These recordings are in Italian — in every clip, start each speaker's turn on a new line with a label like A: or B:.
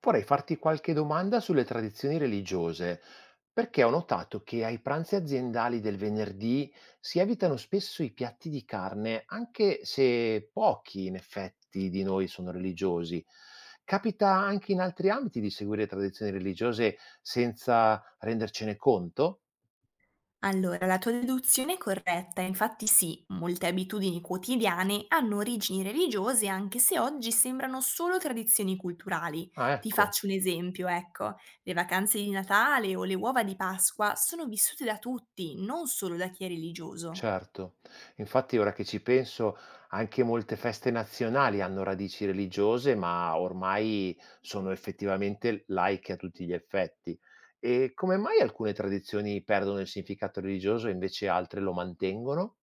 A: Vorrei farti qualche domanda sulle tradizioni religiose, perché ho notato che ai pranzi aziendali del venerdì si evitano spesso i piatti di carne, anche se pochi in effetti di noi sono religiosi. Capita anche in altri ambiti di seguire tradizioni religiose senza rendercene conto?
B: Allora, la tua deduzione è corretta, infatti sì, molte abitudini quotidiane hanno origini religiose anche se oggi sembrano solo tradizioni culturali.
A: Ah,
B: Ti
A: ecco.
B: faccio un esempio, ecco, le vacanze di Natale o le uova di Pasqua sono vissute da tutti, non solo da chi è religioso.
A: Certo, infatti ora che ci penso anche molte feste nazionali hanno radici religiose, ma ormai sono effettivamente laiche a tutti gli effetti. E come mai alcune tradizioni perdono il significato religioso e invece altre lo mantengono?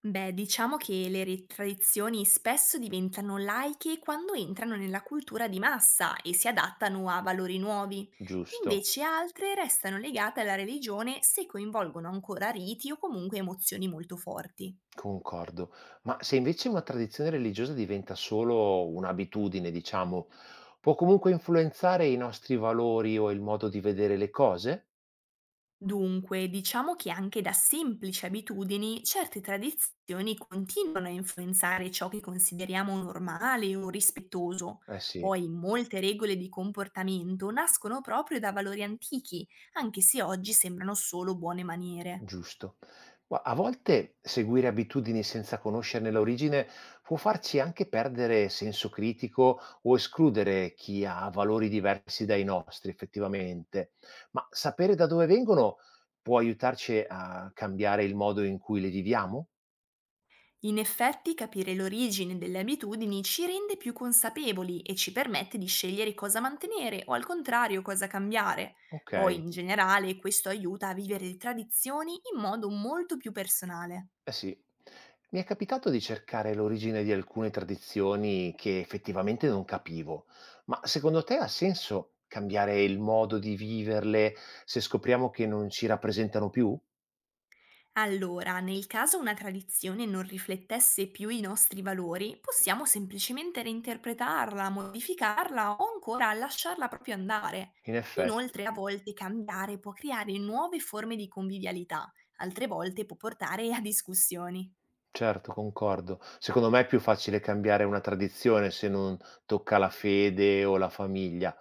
B: Beh, diciamo che le tradizioni spesso diventano laiche quando entrano nella cultura di massa e si adattano a valori nuovi.
A: Giusto,
B: Invece altre restano legate alla religione se coinvolgono ancora riti o comunque emozioni molto forti.
A: concordo. Ma se invece una tradizione religiosa diventa solo un'abitudine, diciamo, può comunque influenzare i nostri valori o il modo di vedere le cose?
B: Dunque, diciamo che anche da semplici abitudini certe tradizioni continuano a influenzare ciò che consideriamo normale o rispettoso.
A: Eh sì.
B: Poi molte regole di comportamento nascono proprio da valori antichi, anche se oggi sembrano solo buone maniere.
A: Giusto. Ma a volte seguire abitudini senza conoscerne l'origine può farci anche perdere senso critico o escludere chi ha valori diversi dai nostri, effettivamente. Ma sapere da dove vengono può aiutarci a cambiare il modo in cui le viviamo?
B: In effetti, capire l'origine delle abitudini ci rende più consapevoli e ci permette di scegliere cosa mantenere o, al contrario, cosa cambiare. Poi,
A: Ok.
B: in generale, questo aiuta a vivere le tradizioni in modo molto più personale.
A: Eh sì, mi è capitato di cercare l'origine di alcune tradizioni che effettivamente non capivo, ma secondo te ha senso cambiare il modo di viverle se scopriamo che non ci rappresentano più?
B: Allora, nel caso una tradizione non riflettesse più i nostri valori, possiamo semplicemente reinterpretarla, modificarla o ancora lasciarla proprio andare.
A: In effetti,
B: Inoltre, a volte cambiare può creare nuove forme di convivialità, altre volte può portare a discussioni.
A: certo, concordo. Secondo me è più facile cambiare una tradizione se non tocca la fede o la famiglia.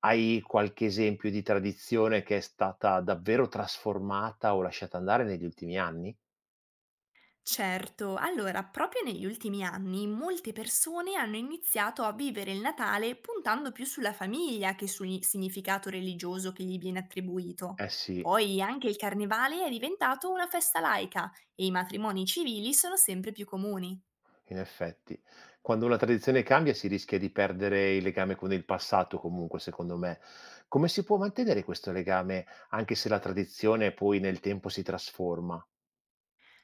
A: Hai qualche esempio di tradizione che è stata davvero trasformata o lasciata andare negli ultimi anni?
B: Certo, allora proprio negli ultimi anni molte persone hanno iniziato a vivere il Natale puntando più sulla famiglia che sul significato religioso che gli viene attribuito.
A: Eh sì.
B: Poi anche il carnevale è diventato una festa laica e i matrimoni civili sono sempre più comuni.
A: In effetti, quando una tradizione cambia si rischia di perdere il legame con il passato, comunque, secondo me. Come si può mantenere questo legame anche se la tradizione poi nel tempo si trasforma?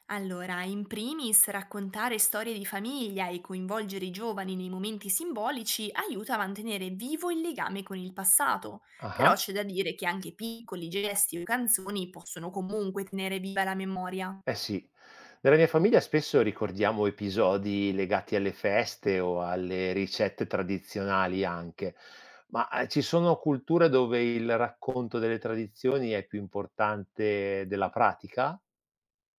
B: Allora, in primis, raccontare storie di famiglia e coinvolgere i giovani nei momenti simbolici aiuta a mantenere vivo il legame con il passato, però
A: Ah,
B: c'è da dire che anche piccoli gesti o canzoni possono comunque tenere viva la memoria.
A: eh sì. Nella mia famiglia spesso ricordiamo episodi legati alle feste o alle ricette tradizionali anche, ma ci sono culture dove il racconto delle tradizioni è più importante della pratica?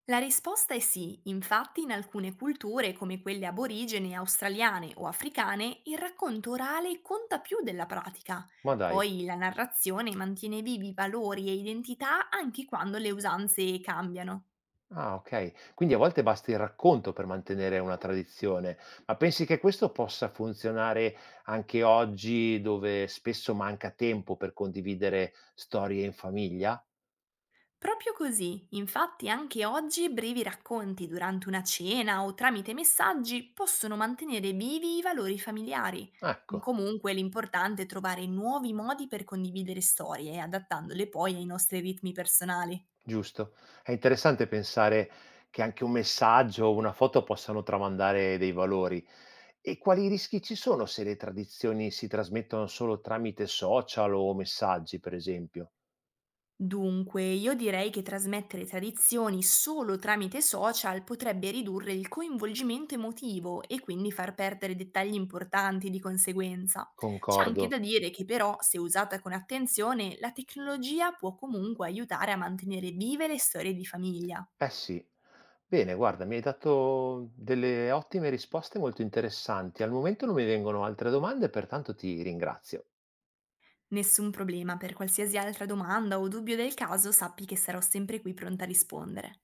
B: La risposta è sì, infatti in alcune culture, come quelle aborigene, australiane o africane, il racconto orale conta più della pratica.
A: Ma dai.
B: Poi la narrazione mantiene vivi valori e identità anche quando le usanze cambiano.
A: Ah, okay. Quindi a volte basta il racconto per mantenere una tradizione, ma pensi che questo possa funzionare anche oggi, dove spesso manca tempo per condividere storie in famiglia?
B: Proprio così, infatti anche oggi brevi racconti durante una cena o tramite messaggi possono mantenere vivi i valori familiari.
A: Ecco,
B: Comunque, l'importante è trovare nuovi modi per condividere storie, adattandole poi ai nostri ritmi personali.
A: giusto. È interessante pensare che anche un messaggio o una foto possano tramandare dei valori. E quali rischi ci sono se le tradizioni si trasmettono solo tramite social o messaggi, per esempio?
B: Dunque, io direi che trasmettere tradizioni solo tramite social potrebbe ridurre il coinvolgimento emotivo e quindi far perdere dettagli importanti di conseguenza. C'è
A: Concordo.
B: anche da dire che, però, se usata con attenzione, la tecnologia può comunque aiutare a mantenere vive le storie di famiglia.
A: Eh sì. Bene, guarda, mi hai dato delle ottime risposte molto interessanti. Al momento non mi vengono altre domande, pertanto ti ringrazio.
B: Nessun problema, per qualsiasi altra domanda o dubbio del caso sappi che sarò sempre qui pronta a rispondere.